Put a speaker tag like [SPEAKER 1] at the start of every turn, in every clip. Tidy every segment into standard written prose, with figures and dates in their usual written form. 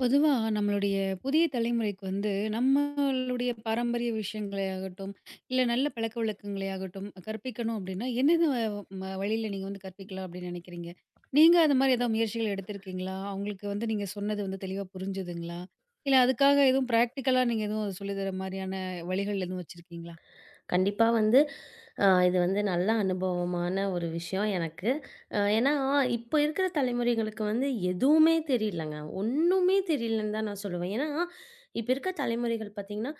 [SPEAKER 1] பொதுவா நம்மளுடைய புதிய தலைமுறைக்கு வந்து நம்மளுடைய பாரம்பரிய விஷயங்களே ஆகட்டும், இல்ல நல்ல பழக்கவழக்கங்களே ஆகட்டும் கற்பிக்கணும் அப்படின்னா, என்னென்ன வழியில நீங்க வந்து கற்பிக்கலாம் அப்படின்னு நினைக்கிறீங்க? நீங்க அது மாரி ஏதாவது முயற்சிகள் எடுத்திருக்கீங்களா? அவங்களுக்கு வந்து நீங்க சொன்னது வந்து தெளிவா புரிஞ்சுதுங்களா? இல்ல அதுக்காக எதுவும் பிராக்டிகலா நீங்க எதுவும் சொல்லி தர மாரியான வழிகள் எதுவும் வச்சிருக்கீங்களா?
[SPEAKER 2] கண்டிப்பா வந்து இது வந்து நல்ல அனுபவமான ஒரு விஷயம் எனக்கு. ஏன்னா, இப்ப இருக்கிற தலைமுறைகளுக்கு வந்து எதுவுமே தெரியலங்க. ஒண்ணுமே தெரியலன்னு தான் நான் சொல்லுவேன். ஏன்னா, இப்ப இருக்க தலைமுறைகள் பார்த்தீங்கன்னா,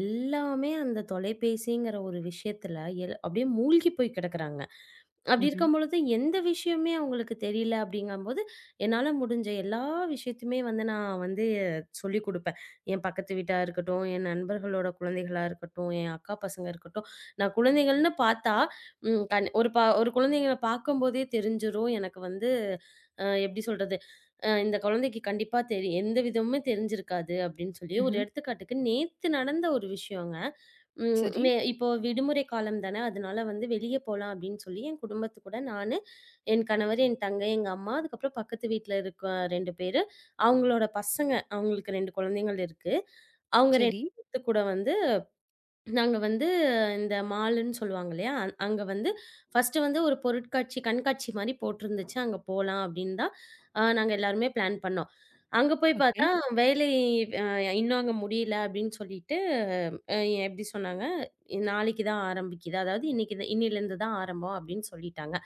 [SPEAKER 2] எல்லாமே அந்த தொலைபேசிங்கிற ஒரு விஷயத்துல அப்படியே மூழ்கி போய் கிடக்குறாங்க. அப்படி
[SPEAKER 1] ம்ஹ்ம்,
[SPEAKER 2] இருக்கும்பொழுது எந்த விஷயமே அவங்களுக்கு தெரியல அப்படிங்கும்போது, என்னால முடிஞ்ச எல்லா விஷயத்தையுமே வந்து நான் வந்து சொல்லிக் குடுப்பேன். என் பக்கத்து வீட்டா இருக்கட்டும், என் நண்பர்களோட குழந்தைகளா இருக்கட்டும், என் அக்கா பசங்க இருக்கட்டும். நான் குழந்தைகள்னு பார்த்தா, ம் கண் ஒரு ப ஒரு குழந்தைங்கள பார்க்கும்போதே தெரிஞ்சிரும் எனக்கு வந்து எப்படி சொல்றது? இந்த குழந்தைக்கு கண்டிப்பா எந்த விதமுமே தெரிஞ்சிருக்காது அப்படின்னு சொல்லி, ஒரு
[SPEAKER 1] ம்ஹ்ம்.
[SPEAKER 2] எடுத்துக்காட்டுக்கு நேத்து நடந்த ஒரு விஷயங்க. ம்.
[SPEAKER 1] சரி,
[SPEAKER 2] மே இப்போ விடுமுறை காலம் தானே, அதனால வந்து வெளிய போலாம் அப்டின்னு சொல்லி என் குடும்பத்து கூட நானு, என் கணவர், என் தங்கை, எங்க அம்மா, அதுக்கப்புறம் பக்கத்து வீட்ல இருக்க 2 பேரு, அவங்களோட பசங்க. அவங்களுக்கு 2 குழந்தைங்கள் இருக்கு. அவங்க
[SPEAKER 1] சரி.
[SPEAKER 2] 2 பேத்து கூட வந்து நாங்க வந்து இந்த மாலுன்னு சொல்லுவாங்க இல்லையா? அங்க வந்து ஃபர்ஸ்ட்டு வந்து ஒரு பொருட்காட்சி, கண்காட்சி மாரி போட்டிருந்துச்சு. அங்க போலாம் அப்படின்னு தான் நாங்க எல்லாருமே பிளான் பண்ணோம். அங்க போய்
[SPEAKER 1] ஓகே.
[SPEAKER 2] பார்த்தா, "வேலை அ இன்னும் அங்க முடியல" அப்படின்னு சொல்லிட்டு அ எப்படி சொன்னாங்க, "நாளைக்கு தான் ஆரம்பிக்குது. அதாவது இன்னைக்கு தான் இன்னையிலேருந்து தான் ஆரம்பம்" அப்படின்னு சொல்லிட்டாங்க.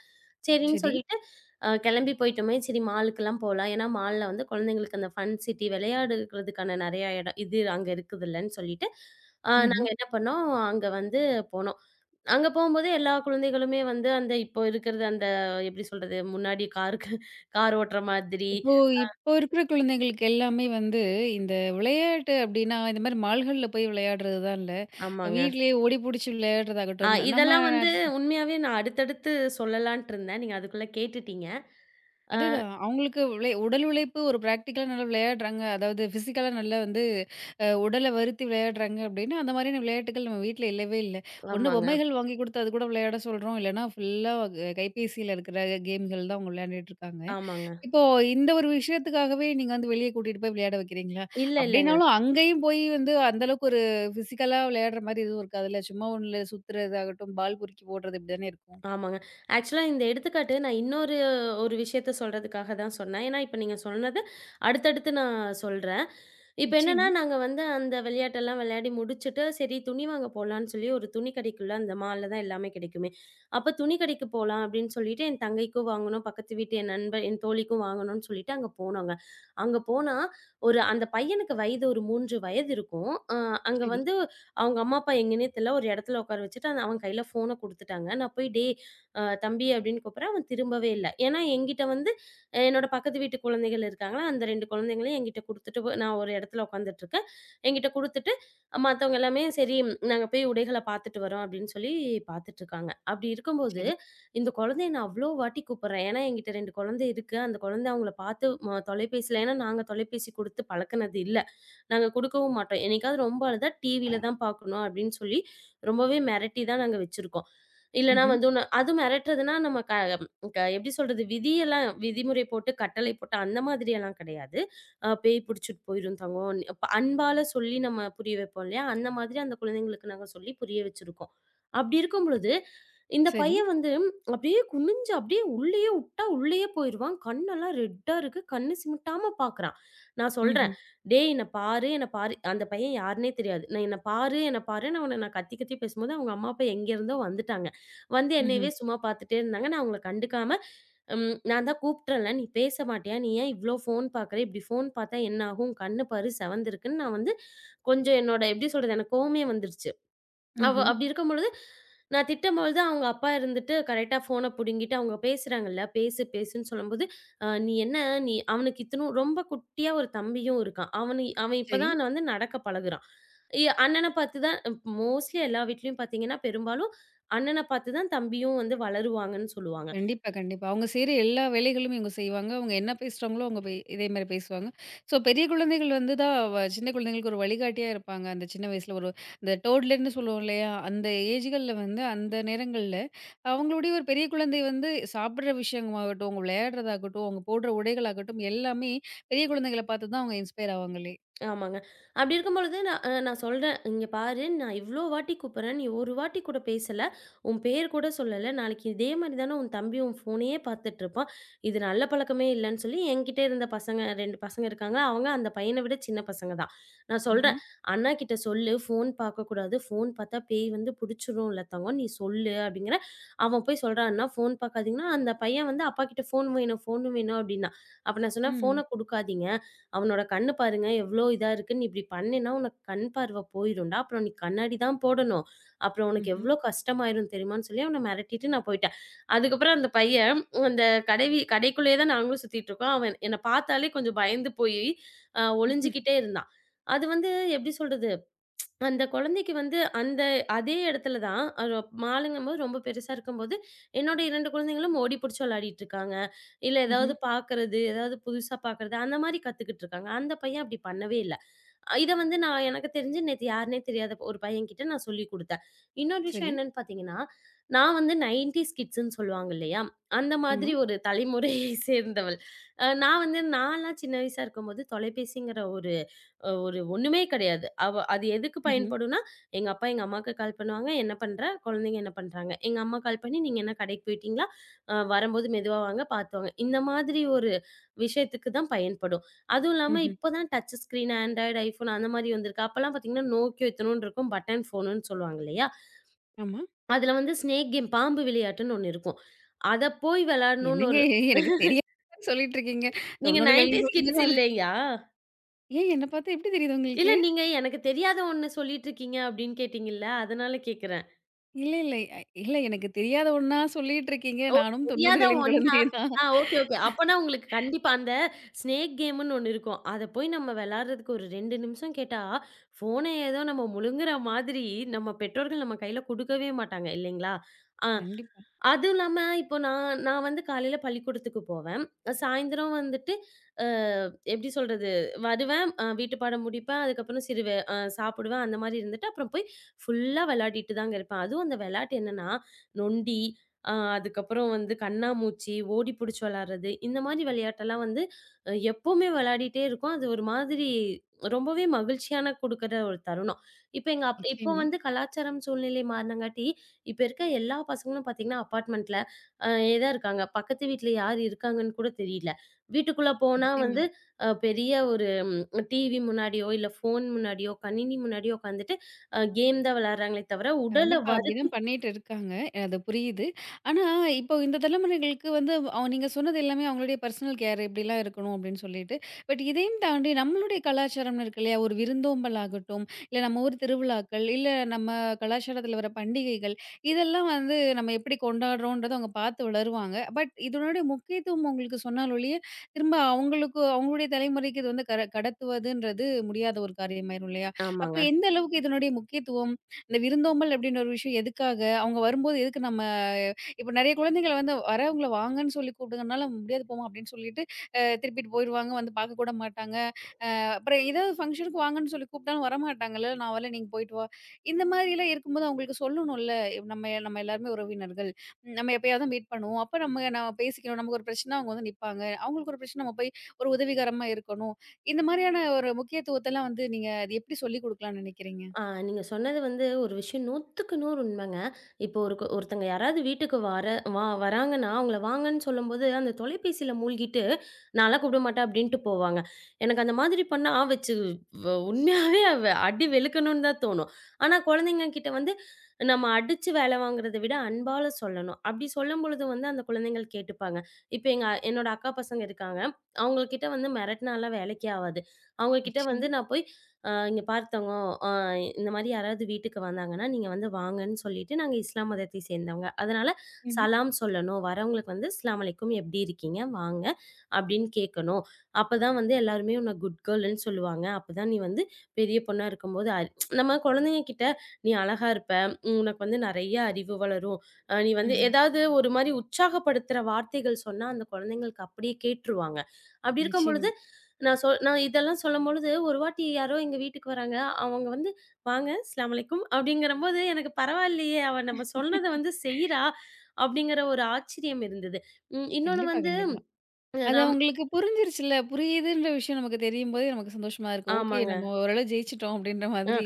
[SPEAKER 2] சரின்னு
[SPEAKER 1] சரி.
[SPEAKER 2] சொல்லிட்டு கிளம்பி போயிட்டோமே, சரி மாலுக்கெல்லாம் போலாம். ஏன்னா மால்ல வந்து குழந்தைங்களுக்கு அந்த ஃபன் சிட்டி விளையாடுறதுக்கான நெறையா இடம் இது அங்க இருக்குதுல்லன்னு சொல்லிட்டு
[SPEAKER 1] ம்ஹ்ம்.
[SPEAKER 2] நாங்க என்ன பண்ணோம், அங்க வந்து போனோம். அங்க போம்போது எல்லா குழந்தைகளுமே வந்து அந்த இப்போ இருக்கிறது அந்த எப்படி சொல்றது? முன்னாடி காருக்கு கார் ஓட்டுற மாதிரி
[SPEAKER 1] இப்போ இப்போ இருக்கிற குழந்தைங்களுக்கு எல்லாமே வந்து இந்த விளையாட்டு அப்படின்னா, இந்த மாரி மால்கள்ல போய் விளையாடுறது தான் இல்ல.
[SPEAKER 2] ஆமாங்க.
[SPEAKER 1] வீட்லயே ஓடி புடிச்சு
[SPEAKER 2] ஆ
[SPEAKER 1] விளையாடுறதாகட்டும், நம்ம
[SPEAKER 2] இதெல்லாம் வந்து உண்மையாவே நான் அடுத்தடுத்து சொல்லலான்ட்டு இருந்தேன். நீங்க அதுக்குள்ள கேட்டுட்டீங்க. ஆ
[SPEAKER 1] அதேதான் அவங்களுக்கு உடல் உழைப்பு ஒரு பிராக்டிக்கலா நல்லா விளையாடுறாங்க. அதாவது ஃபிசிக்கலா நல்லா வந்து உடல வருத்தி விளையாடுறாங்க அப்படின்னா, அந்த மாதிரியான விளையாட்டுகள் நம்ம வீட்ல இல்லவே இல்ல. ஒண்ணு
[SPEAKER 2] ஆமாங்க,
[SPEAKER 1] பொம்மைகள் வாங்கி குடுத்து அது கூட விளையாட சொல்றோம். இல்லன்னா ஃபுல்லா கைபேசியில இருக்கிற கேம்கள் தான் அவங்க விளையாண்டுட்டு இருக்காங்க.
[SPEAKER 2] ஆமாங்க.
[SPEAKER 1] இப்போ இந்த ஒரு விஷயத்துக்காகவே நீங்க வந்து வெளிய கூட்டிட்டு போய் விளையாட வைக்கிறீங்களா?
[SPEAKER 2] இல்ல, இல்லங்க.
[SPEAKER 1] அப்டின்னாலும் அங்கேயும் போய் வந்து அந்த அளவுக்கு ஒரு பிசிக்கலா விளையாடுற மாரி எதுவும் இருக்காதுல்ல. சும்மா ஒண்ணுல சுத்துறதாகட்டும், பால் பொறுக்கி போடுறது இப்டி தானே இருக்கும்.
[SPEAKER 2] ஆமாங்க. ஆக்சுவலா இந்த எடுத்துக்காட்டு நான் ஒரு விஷயத்த சொல்றதுக்காக தான் சொன்னேன். ஏன்னா, இப்ப நீங்க சொன்னது அடுத்தடுத்து நான் சொல்றேன். இப்ப என்னன்னா,
[SPEAKER 1] நிச்சயமா.
[SPEAKER 2] நாங்க வந்து அந்த விளையாட்டெல்லாம் விளையாடி முடிச்சுட்டு, சரி துணி வாங்க போலான்னு சொல்லி ஒரு துணி கடைக்குள்ள அந்த மால்ல தான் எல்லாமே கிடைக்குமே. அப்ப துணி கடைக்கு போலாம் அப்படின்னு சொல்லிட்டு, என் தங்கைக்கும் வாங்கணும், பக்கத்து வீட்டு என் தோழிக்கும் வாங்கணும்னு சொல்லிட்டு அங்க போனோங்க. அங்க போனா, அந்த பையனுக்கு வயது ஒரு 3 வயது இருக்கும். அங்க
[SPEAKER 1] சரி,
[SPEAKER 2] வந்து அவங்க அம்மா, அப்பா எங்கன்னே தெரியல. ஒரு இடத்துல உட்கார வச்சுட்டு, அந்த அவன் கையில ஃபோன குடுத்துட்டாங்க. நான் போய், "டேய் தம்பி" அப்படின்னு கூப்பிடுறேன். அவன் திரும்பவே இல்ல. ஏன்னா என்கிட்ட வந்து என்னோட பக்கத்து வீட்டு குழந்தைகள் இருக்காங்களா, அந்த 2 குழந்தைங்களையும் என்கிட்ட குடுத்துட்டு போ நான் ஒரு இடத்துல உட்காந்துட்டுருக்கேன். என்கிட்ட குடுத்துட்டு மத்தவங்க எல்லாமே சரி நாங்க போய் உடைகள பார்த்துட்டு வரோம் அப்படின்னு சொல்லி பார்த்துட்டுருக்காங்க. அப்படி இருக்கும்போது,
[SPEAKER 1] சரி.
[SPEAKER 2] இந்த குழந்தைய நான் அவ்வளோ வாட்டி கூப்பிடுறேன். ஏன்னா என்கிட்ட 2 குழந்தை இருக்கு. அந்த குழந்தை அவங்கள பார்த்து தொலைபேசியில ஏன்னா நாங்க தொலைபேசி குடுத்து பழக்குனது இல்ல. நாங்க குடுக்கவும் மாட்டோம். என்னைக்காவது ரொம்ப அழுதா டிவியில தான் பார்க்கணும் அப்படின்னு சொல்லி ரொம்பவே மிரட்டி தான் நாங்க வச்சிருக்கோம். இல்லன்னா
[SPEAKER 1] ம்ஹ்ம்.
[SPEAKER 2] வந்து ஒண்ணு அது மிரட்டுறதுன்னா நம்ம க க எப்படி சொல்றது? விதிமுறை போட்டு, கட்டளை போட்டு அந்த மாதிரியெல்லாம் கிடையாது. பேய் புடிச்சுட்டு போயிரும் தங்கம். அப்ப அன்பால சொல்லி நம்ம புரிய வைப்போம் இல்லையா? அந்த மாதிரி அந்த குழந்தைங்களுக்கு நாங்க சொல்லி புரிய வச்சிருக்கோம். அப்படி இருக்கும் பொழுது, இந்த
[SPEAKER 1] சரி.
[SPEAKER 2] பையன் வந்து அப்படியே குனிஞ்சு அப்படியே உள்ளேயே போயிருவான். கண்ணெல்லாம் ரெட்டா இருக்கு. கண்ணு சிமிட்டாம பார்க்குறான். நான்
[SPEAKER 1] ம்ஹ்ம்.
[SPEAKER 2] சொல்றேன், "டேய் என்ன பாரு, என்ன பாரு." அந்த பையன் யாருன்னே தெரியாது. "நான் என்ன பாரு, என்ன பாருன்னு" அவன நான் கத்தி கத்தி பேசும்போது, அவங்க அம்மா, அப்பா எங்கேருந்தோ வந்துட்டாங்க. வந்து
[SPEAKER 1] ம்ஹ்ம்.
[SPEAKER 2] என்னையவே சும்மா பார்த்துட்டே இருந்தாங்க. நான் அவங்கள கண்டுக்காம, நான் தான் கூப்பிட்றேன்ல, நீ பேச மாட்டியா? நீ ஏன் இவ்ளோ ஃபோன் பார்க்குற? இப்படி ஃபோன் பார்த்தா என்ன ஆகும்? கண்ணு பாரு செவந்திருக்குன்னு நான் வந்து கொஞ்சம் என்னோட எப்படி சொல்றது? எனக்கு கோவமே வந்துருச்சு.
[SPEAKER 1] ம்ஹ்ம்.
[SPEAKER 2] அப்படி இருக்கும்பொழுது, நான் திட்டம்பொழுது அவங்க அப்பா இருந்துட்டு கரெக்ட்டா ஃபோன புடுங்கிட்டு, அவங்க பேசுறாங்கல்ல, பேசு பேசுன்னு சொல்லும்போது, " நீ என்ன அவனுக்கு இத்தணும் ரொம்ப குட்டியா ஒரு தம்பியும் இருக்கான். அவன் இப்ப
[SPEAKER 1] சரி.
[SPEAKER 2] தான் வந்து நடக்க பழகுறான். அண்ணன பாத்து தான் மோஸ்ட்லி எல்லா வீட்லயும் பாத்தீங்கன்னா, பெரும்பாலும் அண்ணன பாத்து தான் தம்பியும் வந்து வளருவாங்கன்னு சொல்லுவாங்க.
[SPEAKER 1] கண்டிப்பா, கண்டிப்பா. அவங்க செய்ற எல்லா வேலைகளும் இவங்க செய்வாங்க. அவங்க என்ன பேசுறாங்களோ, அவங்க பே இதே மாரி பேசுவாங்க. ஸோ பெரிய குழந்தைகள் வந்து தான் சின்ன குழந்தைங்களுக்கு ஒரு வழிகாட்டியா இருப்பாங்க. அந்த சின்ன வயசுல ஒரு இந்த டோட்லர்ன்னு சொல்லுவோம் இல்லையா? அந்த ஏஜ்கள்ல வந்து அந்த நேரங்கள்ல அவங்களுடைய ஒரு பெரிய குழந்தை வந்து சாப்பிடுற விஷயமாகட்டும், அவங்க விளையாடுறதாகட்டும், அவங்க போடுற உடைகளாகட்டும் எல்லாமே பெரிய குழந்தைகள பார்த்து தான் அவங்க இன்ஸ்பயர் ஆவாங்களே!
[SPEAKER 2] ஆமாங்க. அப்படி இருக்கும்பொழுது நான் சொல்றேன், "இங்க பாரு நான் இவ்ளோ வாட்டி கூப்பிடுறேன். நீ ஒரு வாட்டி கூட பேசல. உன் பேர் கூட சொல்லல. நாளைக்கு இதே மாரி தானே உன் தம்பி உன் ஃபோனையே பார்த்துட்டு இருப்பான். இது நல்ல பழக்கமே இல்லன்னு" சொல்லி என்கிட்ட இருந்த 2 பசங்க இருக்காங்க. அவங்க அந்த பையன விட சின்ன பசங்க தான். நான்
[SPEAKER 1] ம்ஹ்ம்.
[SPEAKER 2] சொல்றேன், "அண்ணா கிட்ட சொல்லு ஃபோன் பார்க்கக்கூடாது. ஃபோன் பார்த்தா பேய் வந்து புடிச்சுரும்ல தங்கம். நீ சொல்லு" அப்படிங்கிறேன். அவன் போய் சொல்றான், "அண்ணா ஃபோன் பார்க்காதீங்கன்னா" அந்த பையன் வந்து அப்பா கிட்ட "ஃபோன் வேணும், ஃபோன் வேணும்" அப்படின்னா. அப்ப நான் சொன்னேன்,
[SPEAKER 1] ம்.
[SPEAKER 2] "ஃபோன குடுக்காதீங்க. அவனோட கண்ணு பாருங்க எவ்வளோ இதா இருக்கு. நீ இப்படி பண்ணேன்னா உனக்கு கண் பார்வை போயிரும்டா. அப்புறம் நீ கண்ணாடி தான் போடணும். அப்புறம் உனக்கு
[SPEAKER 1] ம்ஹ்ம்.
[SPEAKER 2] எவ்வளோ கஷ்டமாயிரும் தெரியுமான்னு சொல்லி அவன மிரட்டிட்டு நான் போயிட்டேன். அதுக்கப்புறம் அந்த பையன் அந்த கடைக்குள்ளேயே தான் நாங்களும் சுத்திட்டு இருக்கோம். அவன் என்ன பார்த்தாலே கொஞ்சம் பயந்து போயி ஒளிஞ்சுகிட்டே இருந்தான். அது வந்து எப்படி சொல்றது? அந்த குழந்தைக்கு வந்து அந்த அதே இடத்துல தான் ஒரு மாலுங்கும்போது ரொம்ப பெருசா இருக்கும்போது, என்னோட 2 குழந்தைங்களும் ஓடி புடிச்சு விளையாடிட்டு இருக்காங்க. இல்ல
[SPEAKER 1] ம்ஹ்ம்.
[SPEAKER 2] ஏதாவது பார்க்கறது, ஏதாவது புதுசா பார்க்கறது அந்த மாரி கத்துக்கிட்டு இருக்காங்க. அந்த பையன் அப்படி பண்ணவே இல்ல. இத வந்து நான் எனக்கு தெரிஞ்சு நேத்து யாருன்னே தெரியாத ஒரு பையன்கிட்ட நான் சொல்லிக் குடுத்தேன். இன்னொரு விஷயம்
[SPEAKER 1] சரி.
[SPEAKER 2] என்னன்னு பார்த்தீங்கன்னா, நான் வந்து 90ஸ் கிட்ஸ்ன்னு சொல்லுவாங்க இல்லையா? அந்த
[SPEAKER 1] ஆமா.
[SPEAKER 2] மாதிரி ஒரு தலைமுறையை சேர்ந்தவள். நான் வந்து நான்லாம் சின்ன வயசா இருக்கும்போது தொலைபேசிங்கிற ஒரு ஒண்ணுமே கிடையாது. அது எதுக்கு
[SPEAKER 1] ம்ஹ்ம்.
[SPEAKER 2] பயன்படும்னா, எங்க அப்பா, எங்க அம்மாக்கு கால் பண்ணுவாங்க. "என்ன பண்ற? குழந்தைங்க என்ன பண்றாங்க?" எங்க அம்மா கால் பண்ணி, "நீங்க என்ன கடைக்கு போயிட்டீங்களா? வரும்போது மெதுவா வாங்க, பார்த்து வாங்க." இந்த மாதிரி ஒரு விஷயத்துக்கு தான் பயன்படும். அதுவும் இல்லாம
[SPEAKER 1] ம்ஹ்ம்.
[SPEAKER 2] இப்போ தான் டச் ஸ்க்ரீன், ஆண்ட்ராய்டு, ஐஃபோன் அந்த மாரி வந்திருக்கு. அப்பலாம் பார்த்தீங்கன்னா, நோக்கியோ இத்தனூண்டு இருக்கும். பட்டன் ஃபோனுன்னு சொல்லுவாங்க இல்லையா?
[SPEAKER 1] ஆமா.
[SPEAKER 2] அதுல வந்து ஸ்னேக் கேம் பாம்பு விளையாட்டுன்னு ஒண்ணு இருக்கும். அத போய் விளையாடணும்னு
[SPEAKER 1] என்னங்க
[SPEAKER 2] ஒரு
[SPEAKER 1] எனக்கு தெரியாதுன்னு சொல்லிட்டு இருக்கீங்க.
[SPEAKER 2] நீங்க
[SPEAKER 1] 90களின்
[SPEAKER 2] 90ஸ்
[SPEAKER 1] குழந்தை
[SPEAKER 2] கிட்ஸ்
[SPEAKER 1] நானு.
[SPEAKER 2] இல்லையா?
[SPEAKER 1] ஏன் என்ன பார்த்தா எப்படி தெரியுது
[SPEAKER 2] இல்ல
[SPEAKER 1] உங்களுக்கு?
[SPEAKER 2] நீங்க எனக்கு தெரியாத ஒண்ணு சொல்லிட்டு இருக்கீங்க அப்படின்னு கேட்டீங்கல்ல. அதனால கேட்கிறேன்.
[SPEAKER 1] இல்ல, இல்ல. இல்ல எனக்கு தெரியாத ஒண்ணா சொல்லிட்டு இருக்கீங்க.
[SPEAKER 2] ஓ!
[SPEAKER 1] நானும்
[SPEAKER 2] தெரியாத
[SPEAKER 1] 90களின்
[SPEAKER 2] ஒண்ணா?
[SPEAKER 1] குழந்தை தான்.
[SPEAKER 2] Okay, okay. அப்பன்னா உங்களுக்கு கண்டிப்பா அந்த ஸ்னேக் கேம்ன்னு ஒண்ணு இருக்கும். அத போய் நம்ம விளையாடுறதுக்கு ஒரு 2 நிமிஷம் கேட்டா, ஃபோன ஏதோ நம்ம முழுங்குற மாதிரி நம்ம பெற்றோர்கள் நம்ம கையில குடுக்கவே மாட்டாங்க இல்லைங்களா? ஆ
[SPEAKER 1] கண்டிப்பா.
[SPEAKER 2] அதுவும் இல்லாம, இப்போ நான் நான் வந்து காலையில பள்ளிக்கூடத்துக்கு போவேன். சாயந்தரம் வந்துட்டு அ எப்படி சொல்றது? வருவேன், வீட்டு பாடம் முடிப்பேன். அதுக்கப்புறம் சிறு வே அ சாப்பிடுவேன். அந்த மாரி இருந்துட்டு, அப்புறம் போய் ஃபுல்லா விளையாடிட்டு தாங்க இருப்பேன். அதுவும் அந்த விளையாட்டு என்னன்னா, நொண்டி, அதுக்கப்புறம் வந்து கண்ணாமூச்சி, ஓடி புடிச்சு விளையாடுறது, இந்த மாரி விளையாட்டெல்லாம் வந்து எப்பவுமே விளையாடிட்டே இருக்கோம். அது ஒரு மாதிரி ரொம்பவே மகிழ்ச்சியான குடுக்குற ஒரு தருணம். இப்ப எங்க அப் இப்போ ம்.
[SPEAKER 1] நிச்சயமா,
[SPEAKER 2] வந்து கலாச்சாரம் சூழ்நிலை மாறுனங்காட்டி, இப்ப இருக்க எல்லா பசங்களும் பார்த்தீங்கன்னா, அப்பார்ட்மெண்ட்ல அ தான் இருக்காங்க. பக்கத்து வீட்ல யார் இருக்காங்கன்னு கூட தெரியல. வீட்டுக்குள்ள போனா
[SPEAKER 1] நிச்சயமா.
[SPEAKER 2] வந்து ம். பெரிய ஒரு டிவி முன்னாடியோ, இல்ல ஃபோன் முன்னாடியோ, கணினி முன்னாடியோ உட்காந்துட்டு கேம் தான் விளையாடுறாங்களே தவிர, உடல
[SPEAKER 1] கண்டிப்பா.
[SPEAKER 2] வரு
[SPEAKER 1] அப்படிதான் பண்ணிட்டு இருக்காங்க. அது புரியுது. ஆனா, இப்போ இந்த தலைமுறைகளுக்கு வந்து நீங்க சொன்னது எல்லாமே அவங்களுடைய பர்சனல் கேர் இப்படிலாம் இருக்கணும் அப்படின்னு சொல்லிட்டு, பட் இதையும் தாண்டி நம்மளுடைய கலாச்சாரம்னு இருக்கு இல்லையா? ஒரு விருந்தோம்பல் ஆகட்டும், இல்ல நம்ம ஊர் திருவிழாக்கள், இல்ல நம்ம கலாச்சாரத்துல வர பண்டிகைகள், இதெல்லாம் வந்து நம்ம எப்படி கொண்டாடுறோன்றத அவங்க பார்த்து வளருவாங்க. பட் இதனுடைய முக்கியத்துவம் அவங்களுக்கு சொன்னால் ஒழிய, திரும்ப அவங்களுக்கு அவங்களுடைய தலைமுறைக்கு இது வந்து கடத்துவதுன்றது முடியாத ஒரு காரியமாயிரும் இல்லையா? அப்ப
[SPEAKER 2] ஆமாங்க.
[SPEAKER 1] எந்த அளவுக்கு இதனுடைய முக்கியத்துவம் இந்த விருந்தோம்பல் அப்டின்ற ஒரு விஷயம் எதுக்காக? அவங்க வரும்போது எதுக்கு நம்ம இப்ப நெறைய குழந்தைங்கள வந்து வரவங்கள வாங்கன்னு சொல்லி கூப்பிடுங்கனால, "முடியாது போம்மா" அப்டின்னு சொல்லிட்டு திருப்பிட்டு போயிருவாங்க. வந்து பார்க்க கூட மாட்டாங்க. அ அப்புறம் ஏதாவது ஃபங்ஷனுக்கு வாங்கன்னு சொல்லி கூப்பிட்டாலும் வரமாட்டாங்கல்ல. "நான் வரல, நீங்க போயிட்டு வா." இந்த மாதிரிலாம் இருக்கும்போது அவங்களுக்கு சொல்லணும்ல. இவ் நம்ம நம்ம எல்லாருமே உறவினர்கள். ம், நம்ம எப்பயாவது தான் மீட் பண்ணுவோம். அப்ப நம்ம நம்ம பேசிக்கணும். நமக்கு ஒரு பிரச்சனை அவங்க வந்து நிப்பாங்க. அவங்களுக்கு ஒரு பிரச்சனை நம்ம போய் ஒரு உதவிகரமா இருக்கணும். இந்த மாதிரியான ஒரு முக்கியத்துவத்தெல்லாம் வந்து நீங்க அது எப்டி சொல்லிக் குடுக்கலாம்னு நெனைக்கிறீங்க?
[SPEAKER 2] நீங்க சொன்னது வந்து ஒரு விஷயம் 100க்கு 100 உண்மைங்க. இப்போ ஒருத்தங்க யாராவது வீட்டுக்கு வர வா வராங்கன்னா, அவங்கள வாங்கன்னு சொல்லும்போது, அந்த தொலைபேசியில மூழ்கிட்டு, "நான்லாம் கூப்பிட மாட்டேன்" அப்படின்ட்டு போவாங்க. எனக்கு அந்த மாதிரி பண்ணா வச்சு உண்மையாவே அவ அடி வெளுக்கணும்னு தான் தோணும். ஆனா குழந்தைங்க கிட்ட வந்து நம்ம அடிச்சு வேலை வாங்குறத விட அன்பால சொல்லணும். அப்படி சொல்லும்பொழுது வந்து அந்த குழந்தைகள் கேட்டுப்பாங்க. என்னோட அக்கா பசங்க இருக்காங்க. அவங்க கிட்ட வந்து மிரட்டினாலாம் வேலைக்கே ஆவாது. அவங்க கிட்ட வந்து
[SPEAKER 1] நிச்சயமா.
[SPEAKER 2] நான் போய் அ இங்க பார்த்தவங்க அ இந்த மாரி யாராவது வீட்டுக்கு வந்தாங்கன்னா, நீங்க வந்து வாங்கன்னு சொல்லிட்டு, நாங்க இஸ்லாம் மதத்தை சேர்ந்தவங்க. அதனால
[SPEAKER 1] ம்.
[SPEAKER 2] சலாம் சொல்லணும். வரவங்களுக்கு வந்து "அஸ்லாம் அலைக்கும் எப்படி இருக்கீங்க? வாங்க" அப்படின்னு கேட்கணும். அப்பதான் வந்து எல்லாருமே உன்ன குட் கேர்ள்ன்னு சொல்லுவாங்க. அப்பதான் நீ வந்து பெரிய பொண்ணா இருக்கும்போது நம்ம குழந்தைங்க கிட்ட "நீ அழகா இருப்ப. உனக்கு வந்து நெறைய அறிவு வளரும். நீ வந்து"
[SPEAKER 1] ம்ஹ்ம்.
[SPEAKER 2] ஏதாவது ஒரு மாரி உற்சாகப்படுத்துற வார்த்தைகள் சொன்னா, அந்த குழந்தைங்களுக்கு அப்படியே கேட்டுருவாங்க. அப்படி இருக்கும்
[SPEAKER 1] நிச்சயமா.
[SPEAKER 2] பொழுது நான் இதெல்லாம் சொல்லும்பொழுது, ஒரு வாட்டி யாரோ எங்க வீட்டுக்கு வராங்க. அவங்க வந்து, "வாங்க அஸ்லாம் அலைக்கும்" அப்படிங்கிறபோது எனக்கு பரவாயில்லையே! அவ நம்ம சொன்னத வந்து செய்றா! அப்படிங்கிற ஒரு ஆச்சரியம் இருந்தது. ம். இன்னொன்னு
[SPEAKER 1] கண்டிப்பா,
[SPEAKER 2] வந்து
[SPEAKER 1] கண்டிப்பா. அது
[SPEAKER 2] ரம்
[SPEAKER 1] அவங்களுக்கு புரிஞ்சிருச்சுல்ல. புரியுதுன்ற விஷயம் நமக்கு தெரியும்போதே நமக்கு சந்தோஷமா இருக்கு. ஓகே
[SPEAKER 2] ஆமாங்க.
[SPEAKER 1] நம்ம ஓரளவு ஜெயிச்சுட்டோம் அப்படின்ற மாதிரி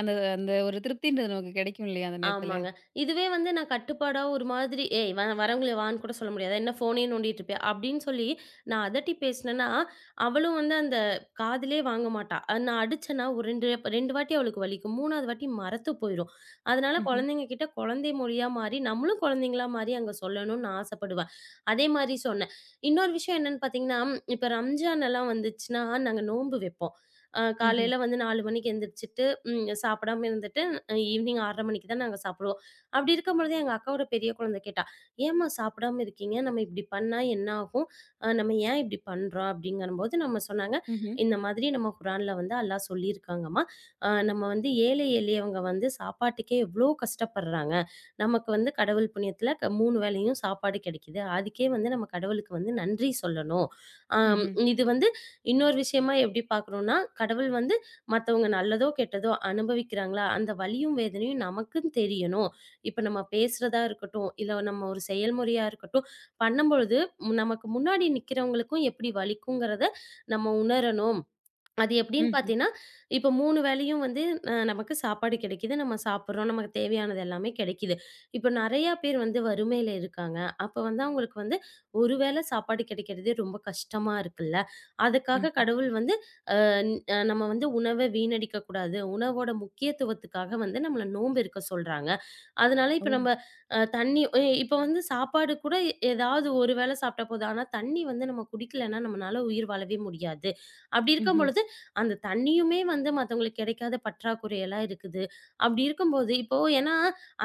[SPEAKER 1] அந்த அந்த ஒரு திருப்தின்றது நமக்கு கிடைக்கும் இல்லையா அந்த நேரத்துல?
[SPEAKER 2] ஆமாங்க. இதுவே வந்து நான் கட்டுப்பாடா ஒரு மாதிரி, "ஏய்! வரவங்கள வான்னு கூட சொல்ல முடியாது. என்ன ஃபோனே நோண்டிட்டு இருப்பியா?" அப்படின்னு சொல்லி நான் அதட்டி பேசினேன்னா, அவளும் வந்து அந்த காதுலயே வாங்க மாட்டா. நான் அடிச்சேன்னா ஒரு 2 வாட்டி அவளுக்கு வலிக்கும். 3வது வாட்டி மறத்து போயிரும். அதனால
[SPEAKER 1] ம்ஹ்ம்.
[SPEAKER 2] குழந்தைங்க கிட்ட குழந்தை மொழியா மாறி, நம்மளும் குழந்தைங்களா மாறி அங்க சொல்லணும்னு நான் ஆசைப்படுவேன். அதே மாரி சொன்னேன். இன்னொரு விஷயம் என்னன்னு பார்த்தீங்கன்னா, இப்ப ரம்ஜான் எல்லாம் வந்துச்சுன்னா, நாங்க நோன்பு வைப்போம்.
[SPEAKER 1] ம்ஹ்ம்.
[SPEAKER 2] காலையில வந்து 4 மணிக்கு எந்திரிச்சுட்டு, சாப்பிடாம இருந்துட்டு ஈவினிங் 6:30 மணிக்கு தான் நாங்க சாப்பிடுவோம். அப்படி இருக்கும்பொழுது எங்க அக்காவோட பெரிய குழந்தை கேட்டா, "ஏம்மா சாப்பிடாம இருக்கீங்க? நம்ம இப்படி பண்ணா என்ன ஆகும்? நம்ம ஏன் இப்படி பண்றோம்?" அப்படிங்கம்போது நம்ம சொன்னாங்க,
[SPEAKER 1] ம்ஹ்ம்.
[SPEAKER 2] "இந்த மாதிரி நம்ம குரான்ல வந்து அல்லாஹ் சொல்லியிருக்காங்கம்மா. நம்ம வந்து ஏழை எளியவங்க வந்து சாப்பாட்டுக்கே எவ்வளோ கஷ்டப்படுறாங்க. நமக்கு வந்து கடவுள் புண்ணியத்துல 3 வேளையும் சாப்பாடு கிடைக்குது. அதுக்கே வந்து நம்ம கடவுளுக்கு வந்து நன்றி சொல்லணும். அம்
[SPEAKER 1] ம்ஹ்ம்.
[SPEAKER 2] இது வந்து இன்னொரு விஷயமா எப்படி பார்க்கணும்னா, கடவுள் வந்து மத்தவங்க நல்லதோ, கெட்டதோ அனுபவிக்கிறாங்களா? அந்த வலியும், வேதனையும் நமக்குன்னு தெரியணும். இப்ப நம்ம பேசுறதா இருக்கட்டும், இல்ல நம்ம ஒரு செயல்முறையா இருக்கட்டும், பண்ணும்பொழுது நமக்கு முன்னாடி நிக்கிறவங்களுக்கும் எப்படி வலிக்குங்கிறத நம்ம உணரணும். அது எப்படின்னு
[SPEAKER 1] ம்ஹ்ம்.
[SPEAKER 2] பார்த்தீங்கன்னா, இப்ப 3 வேளையும் வந்து நமக்கு சாப்பாடு கிடைக்குது. நம்ம சாப்பிடுறோம். நமக்கு தேவையானது எல்லாமே கிடைக்குது. இப்ப நெறையா பேர் வந்து வறுமையில இருக்காங்க. அப்ப வந்து அவங்களுக்கு வந்து ஒரு வேளை சாப்பாடு கிடைக்கிறதே ரொம்ப கஷ்டமா இருக்குல்ல. அதுக்காக
[SPEAKER 1] ம்ஹ்ம்.
[SPEAKER 2] கடவுள் வந்து ந நம்ம வந்து உணவ வீணடிக்க கூடாது. உணவோட முக்கியத்துவத்துக்காக வந்து நம்மள நோன்பு இருக்க சொல்றாங்க. அதனால
[SPEAKER 1] ஓ!
[SPEAKER 2] இப்ப நம்ம அ தண்ணி எ இப்ப வந்து சாப்பாடு கூட ஏதாவது ஒரு வேளை சாப்பிட்டா போதும். ஆனா தண்ணி வந்து நம்ம குடிக்கலன்னா நம்மனால உயிர் வாழவே முடியாது. அப்படி இருக்கும்
[SPEAKER 1] ம்ஹ்ம்.
[SPEAKER 2] பொழுது, அந்த தண்ணியுமே வந்து மத்தவங்களுக்கு கிடைக்காத பற்றாக்குறையெல்லாம் இருக்குது. அப்படி இருக்கும்போது இப்போ ஏன்னா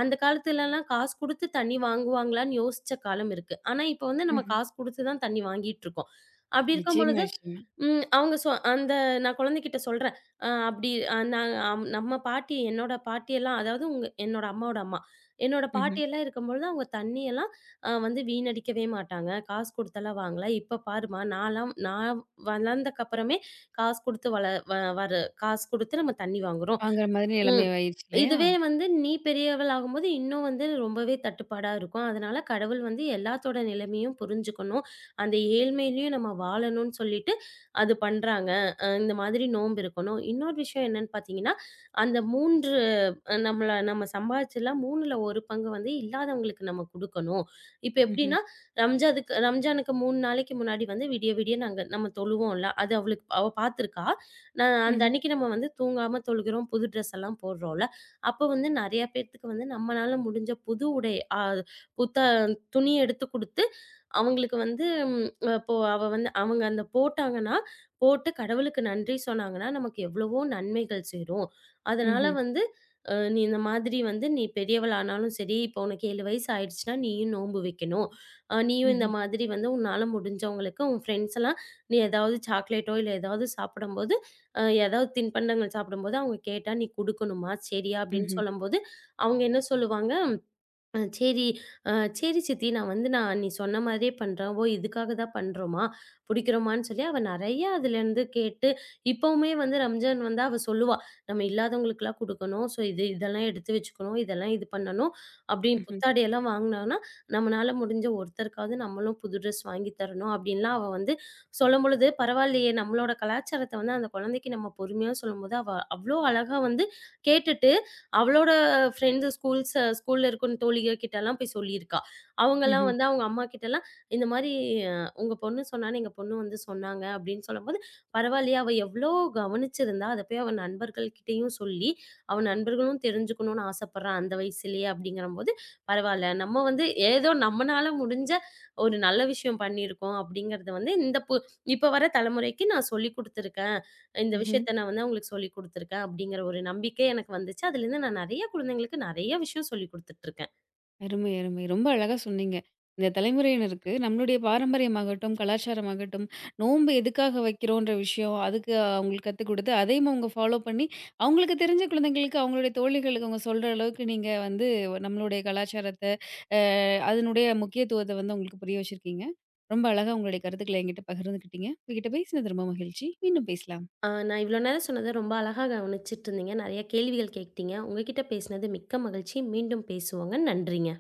[SPEAKER 2] அந்த காலத்துலலாம் காசு குடுத்து தண்ணி வாங்குவாங்களான்னு யோசிச்ச காலம் இருக்கு. ஆனா இப்ப வந்து நம்ம
[SPEAKER 1] ம்ஹ்ம்.
[SPEAKER 2] காசு குடுத்து தான் தண்ணி வாங்கிட்டு இருக்கோம். அப்படி இருக்கும்
[SPEAKER 1] நிச்சயமா,
[SPEAKER 2] பொழுது,
[SPEAKER 1] நிச்சயமா.
[SPEAKER 2] ம் அவங்க சொ அந்த நான் குழந்தைகிட்ட சொல்றேன். அ அப்படி நான் நம்ம பாட்டி என்னோட பாட்டியெல்லாம் அதாவது என்னோட அம்மாவோட அம்மா. என்னோட
[SPEAKER 1] ம்ஹ்ம்.
[SPEAKER 2] பாட்டியெல்லாம் இருக்கும்பொழுது அவங்க தண்ணியெல்லாம் வந்து வீணடிக்கவே மாட்டாங்க. காசு குடுத்தெல்லாம் வாங்கல. இப்ப பாரும்மா, நான்லாம் வளர்ந்தக்கப்புறமே காசு குடுத்து வள வ வர காசு குடுத்து நம்ம தண்ணி வாங்குறோம்.
[SPEAKER 1] வாங்குற மாதிரி நிலைமை
[SPEAKER 2] ம்.
[SPEAKER 1] ஆயிருச்சு இல்லையா?
[SPEAKER 2] இதுவே வந்து நீ பெரியவள் ஆகும்போது, இன்னும் வந்து ரொம்பவே தட்டுப்பாடா இருக்கும். அதனால கடவுள் வந்து எல்லாத்தோட நிலைமையும் புரிஞ்சுக்கணும். அந்த ஏழ்மையிலயும் நம்ம வாழணும்னு சொல்லிட்டு, அது பண்றாங்க. இந்த மாதிரி நோன்பு இருக்கணும். இன்னொரு விஷயம் என்னன்னு பார்த்தீங்கன்னா, அந்த 3 அ நம்மள நம்ம சம்பாதிச்சதுல 3ல 1 பங்கு வந்து இல்லாதவங்களுக்கு நம்ம குடுக்கணும். இப்ப
[SPEAKER 1] ம்ஹ்ம்.
[SPEAKER 2] எப்படின்னா, ரம்ஜானுக்கு 3 நாளைக்கு முன்னாடி வந்து விடிய விடிய நாங்க நம்ம தொழுவோம்ல. அது அவளுக்கு அவ பார்த்துருக்கா. நான் அந்த
[SPEAKER 1] ம்ஹ்ம்.
[SPEAKER 2] அன்னைக்கு நம்ம வந்து தூங்காம தொழுகிறோம். புது ட்ரெஸ் எல்லாம் போடுறோம்ல. அப்போ வந்து நெறைய பேத்துக்கு வந்து நம்மனால முடிஞ்ச புது உடை அ புத்த துணி எடுத்து குடுத்து, அவங்களுக்கு வந்து ம் இப்போ அவ வந்து அவங்க அந்த போட்டாங்கன்னா, போட்டு கடவுளுக்கு நன்றி சொன்னாங்கன்னா, நமக்கு எவ்வளவோ நன்மைகள் சேரும். அதனால
[SPEAKER 1] ம்ஹ்ம்.
[SPEAKER 2] வந்து நீ இந்த மாதிரி வந்து நீ பெரியவளானாலும் சரி, இப்போ உனக்கு 7 வயசு ஆயிடுச்சுன்னா, நீயும் நோன்பு வைக்கணும். நீயும் இந்த
[SPEAKER 1] ம்ஹ்ம்.
[SPEAKER 2] மாதிரி வந்து உன்னால முடிஞ்சவங்களுக்கு, உன் ஃப்ரெண்ட்ஸ் எல்லாம் நீ ஏதாவது சாக்லேட்டோ, இல்ல ஏதாவது சாப்பிடும்போது, ஏதாவது தின்பண்டங்கள் சாப்பிடும்போது அவங்க கேட்டா, "நீ குடுக்கணுமா? சரியா?"
[SPEAKER 1] ம்ஹ்ம்.
[SPEAKER 2] அப்படின்னு
[SPEAKER 1] ம்ஹ்ம்.
[SPEAKER 2] சொல்லும்போது, அவங்க என்ன சொல்லுவாங்க, அ சரி, அ சரி சித்தி நான் வந்து நீ சொன்ன மாரியே பண்றேன். ஓ! இதுக்காக தான் பண்றோமா? புடிக்கிறோமான்னு சொல்லி அவ நெறையா அதுலேருந்து கேட்டு, இப்பவுமே வந்து ரம்ஜான் வந்தா அவ சொல்லுவா. நம்ம இல்லாதவங்களுக்குலாம் குடுக்கணும். ஸோ இதெல்லாம் எடுத்து வச்சுக்கணும். இதெல்லாம் இது பண்ணணும். அப்படின்னு
[SPEAKER 1] ம்ஹ்ம்.
[SPEAKER 2] புத்தாடையெல்லாம் வாங்குனான்னா, நம்மனால முடிஞ்ச ஒருத்தருக்காவது நம்மளும் புது ட்ரெஸ் வாங்கி தரணும். அப்படின்லாம் அவ வந்து சொல்லும்பொழுது, பரவாயில்லையே நம்மளோட கலாச்சாரத்த வந்து அந்த குழந்தைக்கு நம்ம பொறுமையா சொல்லும்போது, அவ அவ்ளோ அழகா வந்து கேட்டுட்டு அவளோட ஃப்ரெண்ட்ஸ் ஸ்கூல்ல இருக்கும் தோழிகள் கிட்டலாம் போய் சொல்லியிருக்கா. அவங்கலாம்
[SPEAKER 1] ம்ஹ்ம்.
[SPEAKER 2] வந்து அவங்க அம்மா கிட்டலாம் இந்த மாரி "உங்க பொண்ணு சொன்னான்னு எங்க பொண்ணு வந்து சொன்னாங்க" அப்படின்னு சொல்லும்போது, பரவாயில்லையே அவ எவ்ளோ கவனிச்சிருந்தா, அத போய் அவ நண்பர்கள் கிட்டயும் சொல்லி, அவ நண்பர்களும் தெரிஞ்சுக்கணும்னு ஆசைப்படுறா அந்த வயசுலயே அப்படிங்கிறம்போது, பரவால்ல நம்ம வந்து ஏதோ நம்மனால முடிஞ்ச ஒரு நல்ல விஷயம் பண்ணியிருக்கோம் அப்படிங்கிறத வந்து இந்த பு இப்ப வர தலைமுறைக்கு நான் சொல்லிக் குடுத்துருக்கேன். இந்த
[SPEAKER 1] ம்ஹ்ம்.
[SPEAKER 2] விஷயத்த நான் வந்து அவங்களுக்கு சொல்லிக் குடுத்துருக்கேன் அப்படிங்கிற ஒரு நம்பிக்கை எனக்கு வந்துச்சு. அதுலேருந்து நான் நெறைய குழந்தைங்களுக்கு நெறைய விஷயம் சொல்லிக் குடுத்துட்டுருக்கேன்.
[SPEAKER 1] அருமை, அருமை. ரொம்ப அழகா சொன்னீங்க. இந்த தலைமுறையினருக்கு நம்மளுடைய பாரம்பரியமாகட்டும், கலாச்சாரமாகட்டும், நோன்பு எதுக்காக வைக்கிறோன்ற விஷயம், அதுக்கு அவங்களுக்கு கத்துக் குடுத்து, அதையும் அவங்க ஃபாலோ பண்ணி, அவங்களுக்கு தெரிஞ்ச குழந்தைங்களுக்கு, அவங்களுடைய தோழிகளுக்கு அவங்க சொல்ற அளவுக்கு நீங்க வந்து நம்மளுடைய கலாச்சாரத்த, அ அதனுடைய முக்கியத்துவத்த வந்து அவங்களுக்கு புரிய வச்சிருக்கீங்க. ரொம்ப அழகா உங்களுடைய கருத்துக்கள என்கிட்ட பகிர்ந்துக்கிட்டீங்க. உங்ககிட்ட பேசினது ரொம்ப மகிழ்ச்சி. மீண்டும் பேசலாம்.
[SPEAKER 2] நான் இவ்வளோ நேரம் சொன்னத ரொம்ப அழகா கவனிச்சிட்டு இருந்தீங்க. நெறைய கேள்விகள் கேட்டீங்க. உங்க கிட்ட பேசினது மிக்க மகிழ்ச்சி. மீண்டும் பேசுவோங்க. நன்றிங்க.